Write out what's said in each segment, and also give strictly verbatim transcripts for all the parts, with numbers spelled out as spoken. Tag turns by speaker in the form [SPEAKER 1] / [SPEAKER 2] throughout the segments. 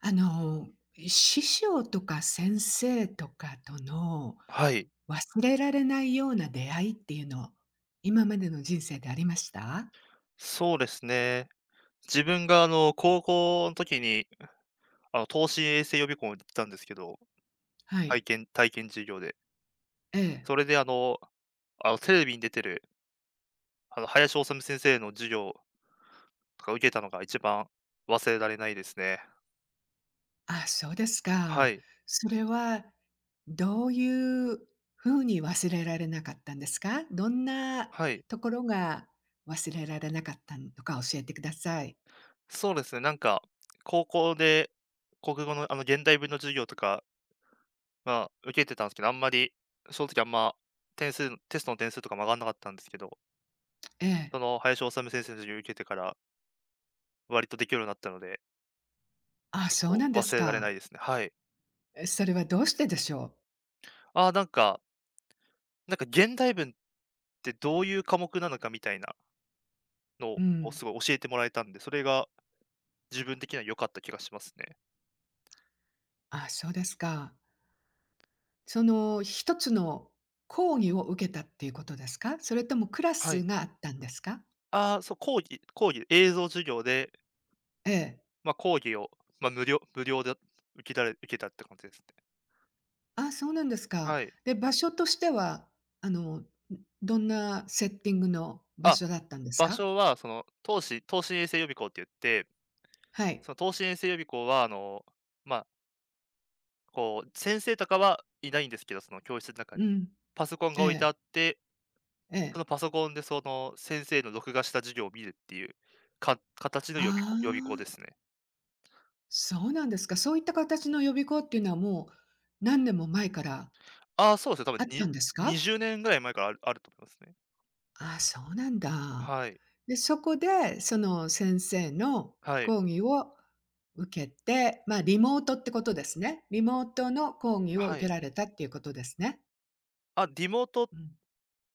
[SPEAKER 1] あの、師匠とか先生とかとの
[SPEAKER 2] はい、
[SPEAKER 1] 忘れられないような出会いっていうの、今までの人生でありました？
[SPEAKER 2] そうですね。自分があの、高校の時に、あの、東進衛星予備校に行ってたんですけど、
[SPEAKER 1] は
[SPEAKER 2] 体
[SPEAKER 1] い。
[SPEAKER 2] 験体験授業で。
[SPEAKER 1] ええ。
[SPEAKER 2] それであの、あの、テレビに出てる、あの、林修先生の授業とか受けたのが一番忘れられないですね。
[SPEAKER 1] あ、そうです
[SPEAKER 2] は
[SPEAKER 1] か。
[SPEAKER 2] い、
[SPEAKER 1] それはどういう風に忘れられなかったんですか？どんな
[SPEAKER 2] はい。
[SPEAKER 1] ところが忘れられなかったのか教えてください。
[SPEAKER 2] そうですね、なんか、高校で国語のあの、現代文の授業とか、まあ、受けてたんですけど、あんまり、その時あんま、点数テストの点数とかも上がんなかったんですけど、
[SPEAKER 1] え
[SPEAKER 2] そ
[SPEAKER 1] え。
[SPEAKER 2] の林修先生の授業受けてから割とできるようになったので、
[SPEAKER 1] あ、
[SPEAKER 2] 結
[SPEAKER 1] そう
[SPEAKER 2] 構
[SPEAKER 1] なんです
[SPEAKER 2] 忘れられな
[SPEAKER 1] か。
[SPEAKER 2] いですね。はい。
[SPEAKER 1] え、それはどうしてでしょ
[SPEAKER 2] ああ、なんかなんか現代文ってどういう科目なのかみたいな
[SPEAKER 1] う？
[SPEAKER 2] の
[SPEAKER 1] う
[SPEAKER 2] を
[SPEAKER 1] ん。
[SPEAKER 2] すごい教えてもらえたんで、それが自分的には良かった気がしますね。
[SPEAKER 1] あ、そうですか。その一つの講義を受けたっていうことですか？それともクラ
[SPEAKER 2] は
[SPEAKER 1] ス
[SPEAKER 2] い。
[SPEAKER 1] があったんですか？
[SPEAKER 2] ああ、そう、講義講義映像授業で、
[SPEAKER 1] ええ。
[SPEAKER 2] まあ、講義を、まあ、無料無料で受けられ受けたって感じですね。
[SPEAKER 1] あ、そうなんですか。
[SPEAKER 2] はい。
[SPEAKER 1] で、場所としては、あの、ん、どんなセッティングの場
[SPEAKER 2] あ、
[SPEAKER 1] 所だったんです
[SPEAKER 2] 場
[SPEAKER 1] か？
[SPEAKER 2] 所はその、東市東進衛星予備校って言って、
[SPEAKER 1] はい。
[SPEAKER 2] その東進衛星予備校はあの、まこう、先生とかはいないんですけど、その教室の中
[SPEAKER 1] う
[SPEAKER 2] に。
[SPEAKER 1] ん。
[SPEAKER 2] パソコン
[SPEAKER 1] え
[SPEAKER 2] が置いて
[SPEAKER 1] え、
[SPEAKER 2] あって、
[SPEAKER 1] え
[SPEAKER 2] そ
[SPEAKER 1] え。
[SPEAKER 2] のパソコンでその先生の録画した授業を見るっていう、か形の
[SPEAKER 1] あ
[SPEAKER 2] 予備校予備校です
[SPEAKER 1] あ、
[SPEAKER 2] ね。
[SPEAKER 1] そうなんですか。そういった形の予備校っていうのはもう何年も前から
[SPEAKER 2] ああ、そうですね、多
[SPEAKER 1] あ
[SPEAKER 2] 分
[SPEAKER 1] った
[SPEAKER 2] に
[SPEAKER 1] んですか？
[SPEAKER 2] にじゅうねんぐらい前からあるあると思いますね。
[SPEAKER 1] ああ、そうなんだ。
[SPEAKER 2] はい。
[SPEAKER 1] で、そこで、その先生の
[SPEAKER 2] はい。
[SPEAKER 1] 講義を受けて、まあ、リモートってことですね。リモートの講義を
[SPEAKER 2] は
[SPEAKER 1] 受け
[SPEAKER 2] い。
[SPEAKER 1] られたっていうことですね。
[SPEAKER 2] あ、リモートっ
[SPEAKER 1] うん。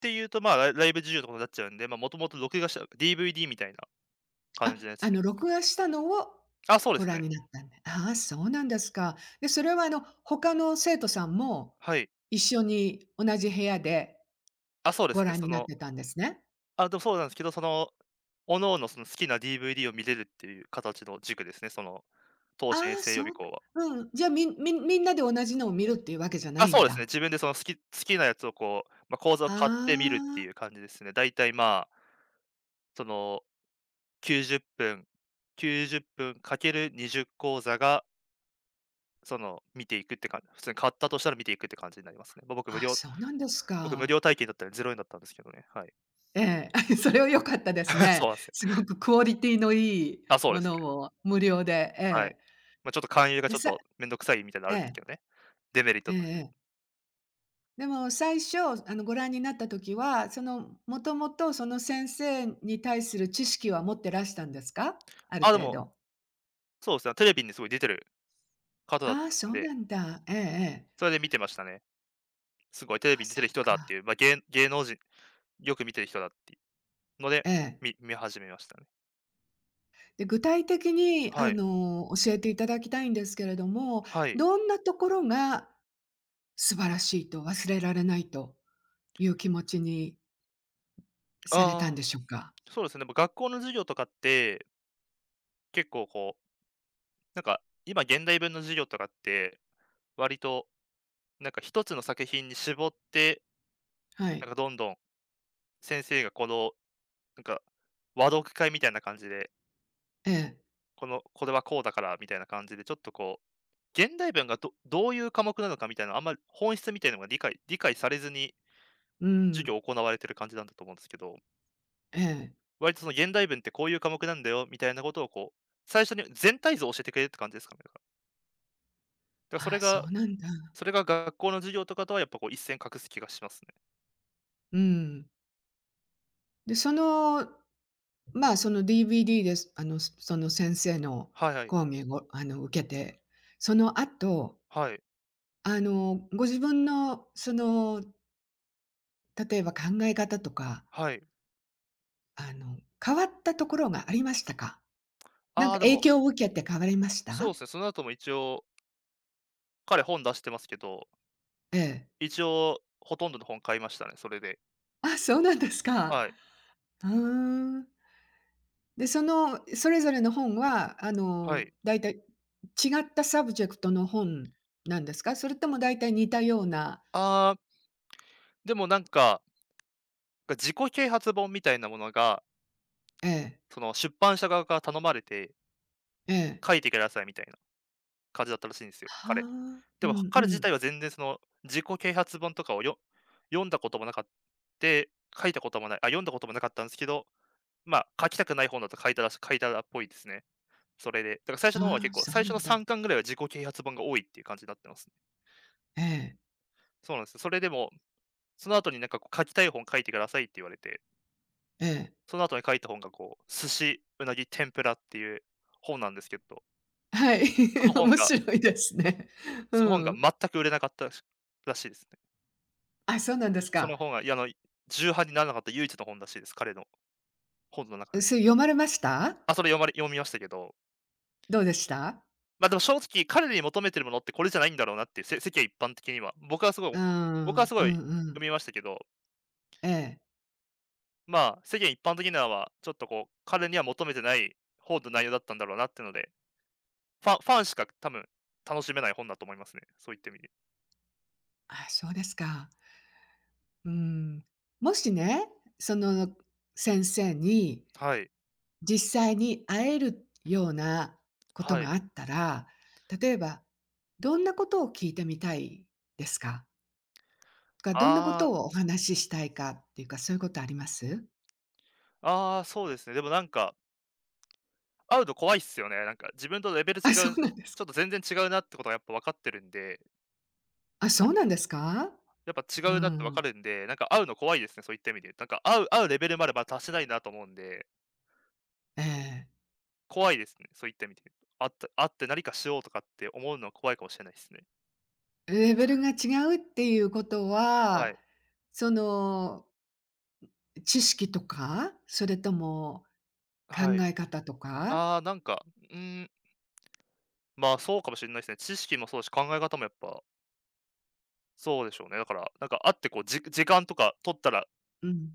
[SPEAKER 2] ていうと、まあ、ライライブ授業とかになっちゃうんで、まあ、もともと録画した ディーブイディー みたいな
[SPEAKER 1] あ、
[SPEAKER 2] 感じのやつ
[SPEAKER 1] あ
[SPEAKER 2] で。
[SPEAKER 1] の、録画したのを
[SPEAKER 2] あ、そうで
[SPEAKER 1] ご
[SPEAKER 2] す
[SPEAKER 1] 覧
[SPEAKER 2] ね。
[SPEAKER 1] になったんで、ああ、そうなんですか。で、それは、あの、他の生徒さんも
[SPEAKER 2] はい。
[SPEAKER 1] 一緒に同じ部屋で
[SPEAKER 2] あ、そうで
[SPEAKER 1] ご
[SPEAKER 2] すね。
[SPEAKER 1] 覧
[SPEAKER 2] そ
[SPEAKER 1] になっ
[SPEAKER 2] の、
[SPEAKER 1] てたんですね。
[SPEAKER 2] あ、でもそうなんですけど、その、各のおのその好きな ディーブイディー を見れるっていう形の塾ですね、その投資に
[SPEAKER 1] ああ、
[SPEAKER 2] 制予
[SPEAKER 1] そ
[SPEAKER 2] 備
[SPEAKER 1] うか。
[SPEAKER 2] 校は。
[SPEAKER 1] うん。じゃあ、みんみんみんなで同じのを見るっていうわけじゃな
[SPEAKER 2] あ、
[SPEAKER 1] い
[SPEAKER 2] そ
[SPEAKER 1] ん
[SPEAKER 2] うですね、
[SPEAKER 1] だ。
[SPEAKER 2] 自分でその好き好きなやつをこう、ま、講座を
[SPEAKER 1] あ
[SPEAKER 2] 買ってみるってい
[SPEAKER 1] あ。
[SPEAKER 2] う感じですね。だいたい、まあ、その90分、きゅうじゅっぷんかけるにじゅう講座が、その見ていくってかん普通に買ったとしたら見ていくって感じになりますね。ま、僕無
[SPEAKER 1] あ、
[SPEAKER 2] 料
[SPEAKER 1] そうなんです
[SPEAKER 2] 僕無
[SPEAKER 1] か。
[SPEAKER 2] 料体験だったんでぜろえんだったんですけどね、はい。
[SPEAKER 1] ええ、それは良かったです
[SPEAKER 2] そ
[SPEAKER 1] ね。
[SPEAKER 2] うなんすよ。
[SPEAKER 1] すごくクオリティのいい
[SPEAKER 2] あ、そう
[SPEAKER 1] も
[SPEAKER 2] ですね、
[SPEAKER 1] のを無料で、え
[SPEAKER 2] はい。
[SPEAKER 1] え。
[SPEAKER 2] ま、ちょっと勧誘が
[SPEAKER 1] で、
[SPEAKER 2] ちょっ
[SPEAKER 1] さ
[SPEAKER 2] とめんどくさいみたいなのあ
[SPEAKER 1] え
[SPEAKER 2] るんですけ
[SPEAKER 1] え、
[SPEAKER 2] どね、デメリッ
[SPEAKER 1] ええ
[SPEAKER 2] トとして。
[SPEAKER 1] ええ。でも最初、あの、ご覧になった時は、その、もともとその先生に対する知識は持ってらしたんですか？ある
[SPEAKER 2] あ、で
[SPEAKER 1] 程
[SPEAKER 2] も、
[SPEAKER 1] 度。
[SPEAKER 2] そうですね、テレビにすごい出てる方だっ
[SPEAKER 1] ああ、
[SPEAKER 2] たん
[SPEAKER 1] そう
[SPEAKER 2] で、
[SPEAKER 1] なんだ。ええええ。
[SPEAKER 2] それで見てましたね。すごいテレ
[SPEAKER 1] あ、
[SPEAKER 2] ビに出
[SPEAKER 1] そ
[SPEAKER 2] て
[SPEAKER 1] っ
[SPEAKER 2] る人だって
[SPEAKER 1] か。
[SPEAKER 2] いう、まあ、げい芸能人、よく見てる人だっていうので、
[SPEAKER 1] ええ。
[SPEAKER 2] み見始めましたね。
[SPEAKER 1] で、具体的に、あ
[SPEAKER 2] はい。
[SPEAKER 1] の、教えていただきたいんですけれども、
[SPEAKER 2] はい。
[SPEAKER 1] どんなところが素晴らしいと、忘れられないという気持ちにされたん
[SPEAKER 2] ああ、
[SPEAKER 1] でしょうか？
[SPEAKER 2] そうですね、も学校の授業とかって、結構こう、なんか、今現代文の授業とかって、割となんか一つの作品に絞って、
[SPEAKER 1] は
[SPEAKER 2] なん
[SPEAKER 1] い。
[SPEAKER 2] かどんどん先生がこの、なんか、和読会みたいな感じで、
[SPEAKER 1] ええ。
[SPEAKER 2] このこれはこうだからみたいな感じで、ちょっとこう、現代文がどどういう科目なのかみたいな、あんまり本質みたいなのが理解理解されずに
[SPEAKER 1] う
[SPEAKER 2] 授
[SPEAKER 1] ん。
[SPEAKER 2] 業行われてる感じなんだと思うんですけど、
[SPEAKER 1] ええ。
[SPEAKER 2] 割とその現代文ってこういう科目なんだよみたいなことをこう、最初に全体像を教えてくれるって感じですかね。だからそ
[SPEAKER 1] あ
[SPEAKER 2] れ
[SPEAKER 1] あ、
[SPEAKER 2] が
[SPEAKER 1] そうなんだ。
[SPEAKER 2] それが学校の授業とかとはやっぱこう一線画す気がしますね。
[SPEAKER 1] うん。で、その、まあ、その ディーブイディー です。あの、そその先生の
[SPEAKER 2] はいはい。
[SPEAKER 1] 講義を、あの、受けて、その後、
[SPEAKER 2] はい。
[SPEAKER 1] あの、ご自分のその、例えば考え方とか、
[SPEAKER 2] はい。
[SPEAKER 1] あの、変わったところがありましたか？なん
[SPEAKER 2] あ
[SPEAKER 1] か
[SPEAKER 2] あ、で
[SPEAKER 1] 影
[SPEAKER 2] も、
[SPEAKER 1] 響を受けて変わりまし
[SPEAKER 2] そう
[SPEAKER 1] た？
[SPEAKER 2] ですね、その後も一応、彼本出してますけど、
[SPEAKER 1] ええ。
[SPEAKER 2] 一応ほとんどの本買いましたね、それで。
[SPEAKER 1] あ、そうなんですか。
[SPEAKER 2] はい。
[SPEAKER 1] うーん。で、その、それぞれの本は、あ
[SPEAKER 2] は
[SPEAKER 1] の、
[SPEAKER 2] い。
[SPEAKER 1] だいたい違ったサブジェクトの本なんですか？それともだいたい似たような
[SPEAKER 2] ああ、でもなんか、自己啓発本みたいなものが、
[SPEAKER 1] ええ、
[SPEAKER 2] その出版社側から頼まれて
[SPEAKER 1] ええ。
[SPEAKER 2] 書いてくださいみたいな。感じだったらしいんですよ、
[SPEAKER 1] は
[SPEAKER 2] 彼。
[SPEAKER 1] あ、
[SPEAKER 2] で
[SPEAKER 1] う
[SPEAKER 2] も、
[SPEAKER 1] んう
[SPEAKER 2] 彼自
[SPEAKER 1] ん。
[SPEAKER 2] 体は全然その、自己啓発本とかをよ読んだこともなかって書いたこともないあ、読んだこともなかったんですけど、まあ、書きたくない本だと書いたらし書いたらっぽいですね。それで。だから最初の方は
[SPEAKER 1] あ
[SPEAKER 2] 結
[SPEAKER 1] あ、
[SPEAKER 2] 構、
[SPEAKER 1] そう
[SPEAKER 2] 最
[SPEAKER 1] な
[SPEAKER 2] 初の
[SPEAKER 1] んだ。
[SPEAKER 2] さんかんぐらいは自己啓発本が多いっていう感じになってますね。
[SPEAKER 1] ええ、
[SPEAKER 2] そうなんですよ。それでも、その後になんかこう書きたい本書いてくださいって言われて、
[SPEAKER 1] ええ。
[SPEAKER 2] その後に書いた本がこう、寿司、うなぎ、天ぷらっていう本なんですけど、
[SPEAKER 1] はい、
[SPEAKER 2] そ の本
[SPEAKER 1] 面
[SPEAKER 2] が
[SPEAKER 1] 白いですね。
[SPEAKER 2] その
[SPEAKER 1] う
[SPEAKER 2] 本が
[SPEAKER 1] ん。
[SPEAKER 2] 全く売れなかったらしらしいです。
[SPEAKER 1] あ、そうなんです
[SPEAKER 2] その
[SPEAKER 1] か。
[SPEAKER 2] 本が、いや、あの、重版にならなかった唯一の本らしいです、彼の本の中で。
[SPEAKER 1] それ読まれました？
[SPEAKER 2] あ、それ読まれ読みましたけど、
[SPEAKER 1] どうでした？
[SPEAKER 2] まあ、でも正直彼に求めてるものってこれじゃないんだろうなっていう、せ世間一般的には。僕はすご
[SPEAKER 1] う
[SPEAKER 2] い
[SPEAKER 1] ー
[SPEAKER 2] 僕は
[SPEAKER 1] ん、
[SPEAKER 2] す
[SPEAKER 1] う
[SPEAKER 2] ご
[SPEAKER 1] ん
[SPEAKER 2] い
[SPEAKER 1] うん。
[SPEAKER 2] 読みましたけど、
[SPEAKER 1] ええ。
[SPEAKER 2] まあ、世間一般的には、ちょっとこう、彼には求めてない本の内容だったんだろうなっていうので、ファンファンしか多分楽しめない本だと思いますね、そういった意味で。
[SPEAKER 1] あ、そうですか。うーん。もしね、その先生に
[SPEAKER 2] はい、
[SPEAKER 1] 実際に会えるようなこと
[SPEAKER 2] は
[SPEAKER 1] が
[SPEAKER 2] い。
[SPEAKER 1] あったら、例えばどんなことを聞いてみたいですか？か、どんなこ
[SPEAKER 2] あ
[SPEAKER 1] とをお話ししたいかっていうか、そういうことあります？
[SPEAKER 2] あ、ああ、そうですね。でもなんか会うと怖いっすよね。なんか自分とレベル違
[SPEAKER 1] あ、そう
[SPEAKER 2] う、
[SPEAKER 1] なんです
[SPEAKER 2] ち
[SPEAKER 1] か。
[SPEAKER 2] ょっと全然違うなってことがやっぱ分かってるんで、
[SPEAKER 1] あ、そうなんですか？
[SPEAKER 2] やっぱ違
[SPEAKER 1] う
[SPEAKER 2] うなって分か
[SPEAKER 1] ん。
[SPEAKER 2] るんで、なんか会うの怖いですね、そういった意味で言うと。なんか会う会うレベルまでまだ達してないなと思うんで、
[SPEAKER 1] ええ。
[SPEAKER 2] 怖いですね、そういった意味で言うと。会って会って何かしようとかって思うのは怖いかもしれないですね。
[SPEAKER 1] レベルが違うっていうこと
[SPEAKER 2] は
[SPEAKER 1] は、
[SPEAKER 2] い。
[SPEAKER 1] その知識とか、それとも考
[SPEAKER 2] はい。
[SPEAKER 1] え方とか？
[SPEAKER 2] ああ、なんか、うーん、まあ、そうかもしれないですね。知識もそうだし、考え方もやっぱそうでしょうね。だから、なんか会ってこう、じ時間とか取ったら、
[SPEAKER 1] うん。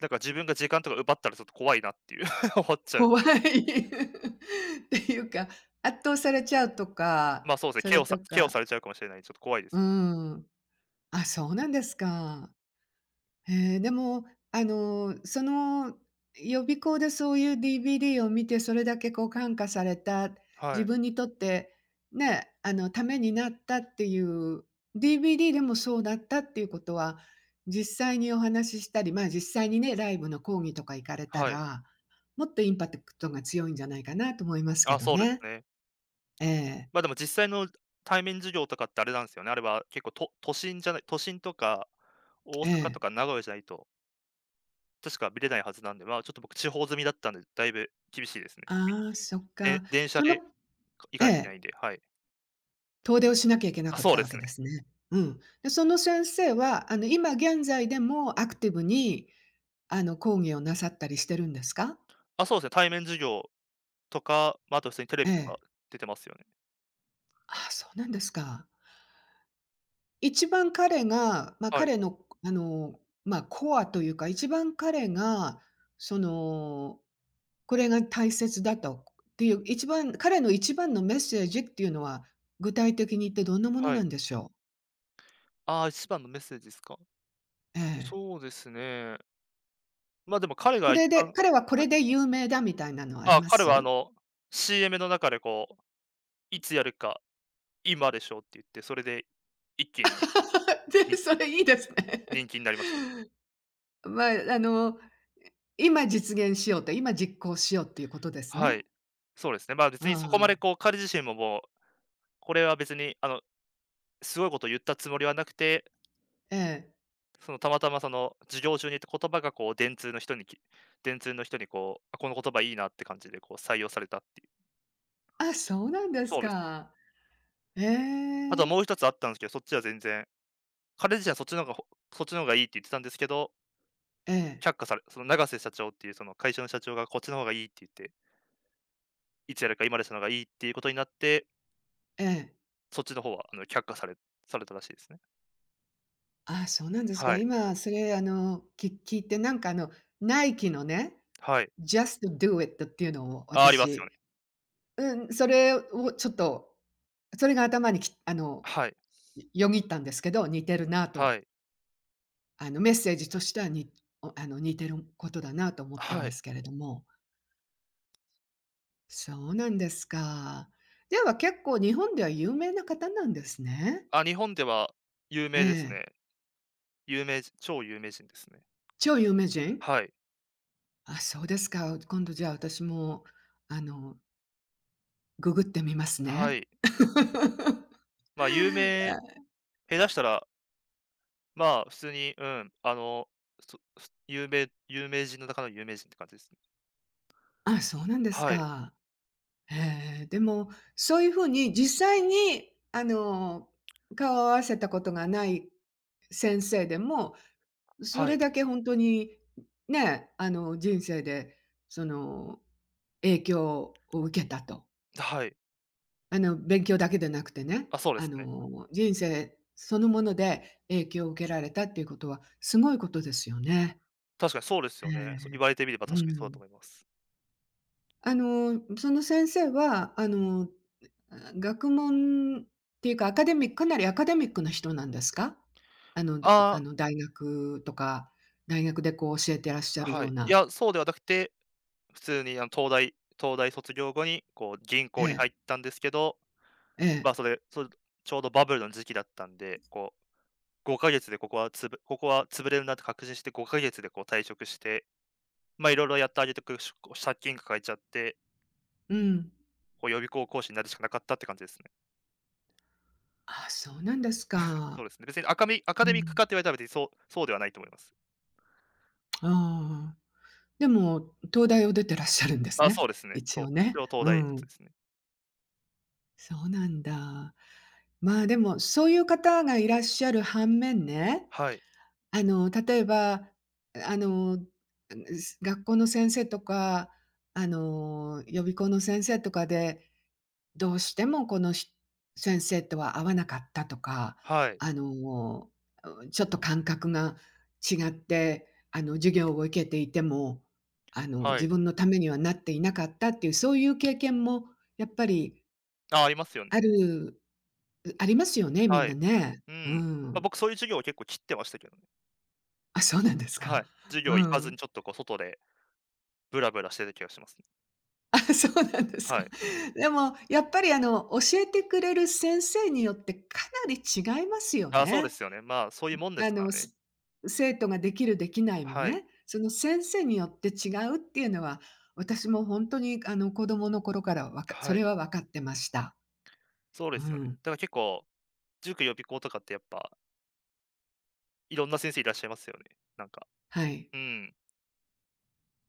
[SPEAKER 2] なんか自分が時間とか奪ったらちょっと怖いなっていう 思っちゃう
[SPEAKER 1] 怖い。っていうか、圧倒されちゃうとか、
[SPEAKER 2] ま、あそうですね、
[SPEAKER 1] そ
[SPEAKER 2] ケ
[SPEAKER 1] れ
[SPEAKER 2] オ
[SPEAKER 1] と
[SPEAKER 2] さケオ
[SPEAKER 1] か
[SPEAKER 2] されちゃうかもしれないんで、ちょっと怖いで
[SPEAKER 1] う
[SPEAKER 2] す。
[SPEAKER 1] ん。あ、そうなんですか。へえ、でも、あの、その予備校でそういう ディーブイディー を見て、それだけこう感化された、
[SPEAKER 2] は
[SPEAKER 1] 自
[SPEAKER 2] い、
[SPEAKER 1] 分にとって、ね、あの、ためになったっていう、ディーブイディー でもそうだったっていうことは、実際にお話ししたり、まあ、実際にね、ライブの講義とか行かれた
[SPEAKER 2] はい。
[SPEAKER 1] ら、もっとインパクトが強いんじゃないかなと思いますけ
[SPEAKER 2] あ、
[SPEAKER 1] ど
[SPEAKER 2] そうです
[SPEAKER 1] ね。
[SPEAKER 2] ね。
[SPEAKER 1] ええ、
[SPEAKER 2] ま、でも実際の対面授業とかってあれなんですよね、あれは結構と都心じゃない都心とか大
[SPEAKER 1] え
[SPEAKER 2] 阪
[SPEAKER 1] え。
[SPEAKER 2] とか名古屋じゃないと、確か見れないはずなんで、ま、ちょっと僕地方済みだったんで、だいぶ厳しいですね。
[SPEAKER 1] ああ、そっか。
[SPEAKER 2] で電車
[SPEAKER 1] その
[SPEAKER 2] で行か
[SPEAKER 1] え
[SPEAKER 2] ないといけないん
[SPEAKER 1] え。
[SPEAKER 2] で、はい。
[SPEAKER 1] 遠出をしなきゃいけな
[SPEAKER 2] あ、
[SPEAKER 1] かっ
[SPEAKER 2] そう
[SPEAKER 1] た
[SPEAKER 2] で
[SPEAKER 1] わけ
[SPEAKER 2] すね。
[SPEAKER 1] ですね。うん。で、その先生は、あの、今現在でもアクティブに、あの、講義をなさったりしてるんですか？
[SPEAKER 2] あ、そうですね、対面授業とか、まあ、あと普通にテレ
[SPEAKER 1] え
[SPEAKER 2] ビとか
[SPEAKER 1] え。
[SPEAKER 2] 出てますよね。
[SPEAKER 1] あ、そうなんですか。一番彼が、まあ、
[SPEAKER 2] はい、
[SPEAKER 1] 彼の、あの、まあ、コアというか、一番彼が、その、これが大切だとっていう、一番彼の一番のメッセージっていうのは、具体的に言ってどんなもの
[SPEAKER 2] は
[SPEAKER 1] な
[SPEAKER 2] い。
[SPEAKER 1] んでしょう？
[SPEAKER 2] ああ、一番のメッセージですか。
[SPEAKER 1] ええ。
[SPEAKER 2] そうですね。ま、でも彼
[SPEAKER 1] こ
[SPEAKER 2] が一
[SPEAKER 1] れで
[SPEAKER 2] 番
[SPEAKER 1] 彼はこ
[SPEAKER 2] は
[SPEAKER 1] れ
[SPEAKER 2] い。
[SPEAKER 1] で有名だみたいなのはあり
[SPEAKER 2] あ、
[SPEAKER 1] ま
[SPEAKER 2] 彼はあ
[SPEAKER 1] す？
[SPEAKER 2] の、シーエム の中でこう、いつやるか、今でしょって言って、それで一気に
[SPEAKER 1] で、
[SPEAKER 2] に
[SPEAKER 1] それいいですね。
[SPEAKER 2] 人気になりましたね。
[SPEAKER 1] まあ、あの、今実現しようと、今実行しようっていうことです
[SPEAKER 2] はい。
[SPEAKER 1] ね。
[SPEAKER 2] そうですね。まあ、
[SPEAKER 1] う
[SPEAKER 2] 別にそこまで
[SPEAKER 1] ん。
[SPEAKER 2] こう、彼自身ももう、これは別にあの、すごいことを言ったつもりはなくて、
[SPEAKER 1] ええ。
[SPEAKER 2] そのたまたまその授業中に言った言葉がこう電通の人にき電通の人にこう、あ、この言葉いいなって感じでこう採用されたっていう。
[SPEAKER 1] あ、そうなんです
[SPEAKER 2] そうですね。
[SPEAKER 1] か。え
[SPEAKER 2] あとは
[SPEAKER 1] え。
[SPEAKER 2] もう一つあったんですけど、そっちは全然、彼自身はそっちの方がほそっちの方がいいって言ってたんですけど
[SPEAKER 1] ええ、
[SPEAKER 2] 却下され、その永瀬社長っていうその会社の社長がこっちの方がいいって言って、いつやるか今までしたのがいいっていうことになって、
[SPEAKER 1] ええ。
[SPEAKER 2] そっちの方はあの却下されされたらしいですね。
[SPEAKER 1] あ、そうなんですか。
[SPEAKER 2] はい、
[SPEAKER 1] 今それ、あの、き聞いて、なんか、あの、ナイキのね、
[SPEAKER 2] はい。
[SPEAKER 1] ジャストドゥーイット っていうのを
[SPEAKER 2] あ、ありますよ
[SPEAKER 1] 私、
[SPEAKER 2] ね。
[SPEAKER 1] うん、それをちょっと、それが頭にきあの、
[SPEAKER 2] はい、
[SPEAKER 1] よぎったんですけど、似てるなと。
[SPEAKER 2] はい、
[SPEAKER 1] あの、メッセージとしては、におあの、似てることだなと思ったん
[SPEAKER 2] は
[SPEAKER 1] で
[SPEAKER 2] い。
[SPEAKER 1] すけれども。そうなんですか。では結構日本では有名な方なんですね。
[SPEAKER 2] あ、日本では有
[SPEAKER 1] え
[SPEAKER 2] 名です
[SPEAKER 1] え。
[SPEAKER 2] ね。有名人、超有名人ですね。
[SPEAKER 1] 超有名人？
[SPEAKER 2] はい、
[SPEAKER 1] あ、そうですか。今度じゃあ私も、あの、ググってみます
[SPEAKER 2] は
[SPEAKER 1] ね。
[SPEAKER 2] い。まあ、有名、下手したら、まあ、普通に、うん、あの、そ有名有名人の中の有名人って感じですね。
[SPEAKER 1] あ、あ、そうなんです
[SPEAKER 2] はい、
[SPEAKER 1] か。ええ。でも、そういう風に実際に、あの、顔を合わせたことがない先生でも、そ
[SPEAKER 2] は
[SPEAKER 1] れ
[SPEAKER 2] い、
[SPEAKER 1] だけ本当に、ね、あの、人生で、その、影響を受けたと。
[SPEAKER 2] はい。
[SPEAKER 1] あの、勉強だけでなくてね、
[SPEAKER 2] あ、そうで
[SPEAKER 1] あ
[SPEAKER 2] すね。
[SPEAKER 1] の、人生そのもので影響を受けられたっていうことはすごいことですよね。
[SPEAKER 2] 確かにそうです
[SPEAKER 1] え
[SPEAKER 2] よね。そう、言
[SPEAKER 1] え、
[SPEAKER 2] われてみれば
[SPEAKER 1] う
[SPEAKER 2] 確かにそうだと
[SPEAKER 1] ん。
[SPEAKER 2] 思います。
[SPEAKER 1] あの、その先生は、あの、学問っていうか、アカデミックかなりアカデミックな人なんですか？あの、だあ
[SPEAKER 2] あ
[SPEAKER 1] の、大学とか、大学でこう教えてらっしゃ
[SPEAKER 2] あ、
[SPEAKER 1] る
[SPEAKER 2] は
[SPEAKER 1] よう
[SPEAKER 2] い。い
[SPEAKER 1] な。
[SPEAKER 2] や、そうではなくて、普通にあの東大東大卒業後にこう銀
[SPEAKER 1] え
[SPEAKER 2] 行に入
[SPEAKER 1] え、
[SPEAKER 2] ったんですけど、
[SPEAKER 1] え
[SPEAKER 2] まあ、
[SPEAKER 1] え。
[SPEAKER 2] それ、それちょうどバブルの時期だったんで、こうごかげつでここはつぶここは潰れるなって確信してごかげつでこう退職して、まあ、いろいろやってあげてくし、こう借金抱えちゃって、
[SPEAKER 1] うん。
[SPEAKER 2] こう予備校講師になるしかなかったって感じですね。
[SPEAKER 1] あ、そうなんですか。
[SPEAKER 2] そうですね。別にアカミアカ
[SPEAKER 1] う
[SPEAKER 2] デミック
[SPEAKER 1] ん。
[SPEAKER 2] かって言われたら別にそうそうではないと思います。
[SPEAKER 1] ああ。でも、東大を出てらっしゃるんです
[SPEAKER 2] あ、そ
[SPEAKER 1] ね。
[SPEAKER 2] うですね。
[SPEAKER 1] 一
[SPEAKER 2] と、
[SPEAKER 1] 応ね。
[SPEAKER 2] 東
[SPEAKER 1] う
[SPEAKER 2] 大
[SPEAKER 1] ん。
[SPEAKER 2] 卒ですね。
[SPEAKER 1] そうなんだ。まあ、でも、そういう方がいらっしゃる反面ね、
[SPEAKER 2] はい。
[SPEAKER 1] あの、例えば、あの、学校の先生とか、あの、予備校の先生とかで、どうしてもこのし先生とは合わなかったとか、
[SPEAKER 2] はい。
[SPEAKER 1] あの、うちょっと感覚が違って、あの、授業を受けていても、あの、
[SPEAKER 2] は
[SPEAKER 1] 自
[SPEAKER 2] い。
[SPEAKER 1] 分のためにはなっていなかったっていう、そういう経験もやっぱり
[SPEAKER 2] ああ、りますよね。
[SPEAKER 1] あるありますよね、みん
[SPEAKER 2] は
[SPEAKER 1] な
[SPEAKER 2] い。
[SPEAKER 1] ね。
[SPEAKER 2] う
[SPEAKER 1] う
[SPEAKER 2] ん。まあ、
[SPEAKER 1] ん。
[SPEAKER 2] 僕そういう授業を結構切ってましたけどね。
[SPEAKER 1] あ、そうなんです
[SPEAKER 2] は
[SPEAKER 1] か。
[SPEAKER 2] い。授
[SPEAKER 1] う
[SPEAKER 2] 業行かず
[SPEAKER 1] ん。
[SPEAKER 2] にちょっとこう外でブラブラしてた気がしますね。
[SPEAKER 1] あ、そうなんです
[SPEAKER 2] は
[SPEAKER 1] か。
[SPEAKER 2] い。
[SPEAKER 1] でもやっぱり、あの、教えてくれる先生によってかなり違いますよ
[SPEAKER 2] ああ、そうで
[SPEAKER 1] ね。
[SPEAKER 2] すよね。まあ、そういうもんです
[SPEAKER 1] あ
[SPEAKER 2] か
[SPEAKER 1] の、
[SPEAKER 2] らね。
[SPEAKER 1] す生徒ができるできないも
[SPEAKER 2] はい。
[SPEAKER 1] ね、その先生によって違うっていうのは、私もほんとにあの、子供の頃からわかそ
[SPEAKER 2] はい。
[SPEAKER 1] れは分かってました。
[SPEAKER 2] そうで
[SPEAKER 1] う
[SPEAKER 2] すよね。
[SPEAKER 1] ん、
[SPEAKER 2] だから結構、塾、予備校とかってやっぱ、いろんな先生いらっしゃいますよね。なんか。
[SPEAKER 1] はい。
[SPEAKER 2] うん。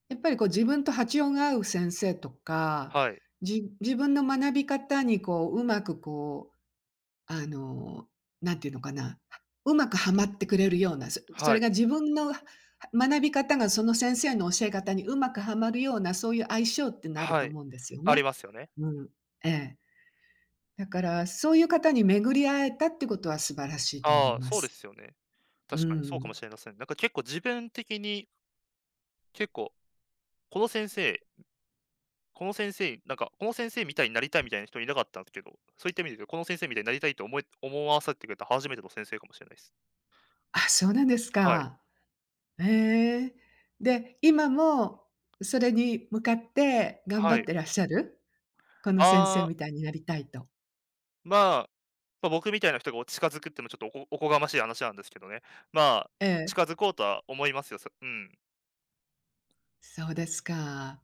[SPEAKER 1] やっぱりこう自分と波長が合う先生とか、
[SPEAKER 2] はい。
[SPEAKER 1] じ自分の学び方にこう、うまくこうあの、なんていうのかな、うまくはまってくれるような、そそ
[SPEAKER 2] は
[SPEAKER 1] れ
[SPEAKER 2] い。
[SPEAKER 1] が自分のは学び方がその先生の教え方にうまくはまるような、そういう相性ってのあると
[SPEAKER 2] はい。
[SPEAKER 1] 思うんですよ
[SPEAKER 2] あり
[SPEAKER 1] ね。
[SPEAKER 2] ますよね。
[SPEAKER 1] うん。ええ。だから、そういう方に巡り会えたってことは素晴らしいと思い
[SPEAKER 2] ああ、
[SPEAKER 1] ま
[SPEAKER 2] そうで
[SPEAKER 1] す。
[SPEAKER 2] すよね。
[SPEAKER 1] う
[SPEAKER 2] 確かにそうかも
[SPEAKER 1] ん。
[SPEAKER 2] しれません。なんか結構自分的に、結構、この先生この先生なんか、この先生みたいになりたいみたいな人いなかったんですけど、そういった意味で言うと、この先生みたいになりたいと思え思わせてくれた初めての先生かもしれないです。
[SPEAKER 1] あ、そうなんです
[SPEAKER 2] はい。
[SPEAKER 1] か。へえ。で、今もそれに向かって頑張
[SPEAKER 2] は
[SPEAKER 1] っ
[SPEAKER 2] い。
[SPEAKER 1] てらっしゃる？この先生
[SPEAKER 2] ああ、
[SPEAKER 1] みたいになりたいと。
[SPEAKER 2] まあ、ま、僕みたいな人がお近づくってのもちょっとおこおこがましい話なんですけどね。まあ、
[SPEAKER 1] ええ、
[SPEAKER 2] 近づこうとは思いますよ、そう、ん。
[SPEAKER 1] そうですか。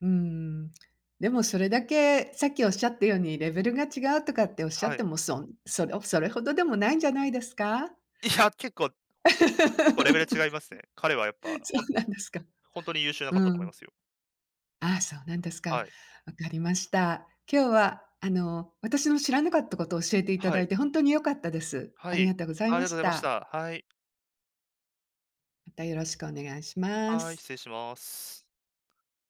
[SPEAKER 1] うーん。でもそれだけ、さっきおっしゃったようにレベルが違うとかっておっしゃっ
[SPEAKER 2] は
[SPEAKER 1] て
[SPEAKER 2] い。
[SPEAKER 1] も、そんそれそれほどでもないんじゃないですか？
[SPEAKER 2] いや、結構結構レベル違いま すね。彼はやっぱ、
[SPEAKER 1] そ
[SPEAKER 2] ほん
[SPEAKER 1] うなんですか。
[SPEAKER 2] ほんとに優秀な
[SPEAKER 1] う
[SPEAKER 2] 方だと思い
[SPEAKER 1] ん。
[SPEAKER 2] ますよ。
[SPEAKER 1] ああ、そうなんですか。
[SPEAKER 2] はい。
[SPEAKER 1] わかりました。今日は、あの、私の知らなかったことを教えていた
[SPEAKER 2] は
[SPEAKER 1] だ
[SPEAKER 2] い。
[SPEAKER 1] いてほんとに良かったです。
[SPEAKER 2] は
[SPEAKER 1] あり
[SPEAKER 2] い。
[SPEAKER 1] がとうござい
[SPEAKER 2] あり
[SPEAKER 1] ま
[SPEAKER 2] がとうご
[SPEAKER 1] し
[SPEAKER 2] ざいまし
[SPEAKER 1] た。
[SPEAKER 2] た。はい。
[SPEAKER 1] またよろしくお願いしま
[SPEAKER 2] はい、
[SPEAKER 1] す。
[SPEAKER 2] 失礼します。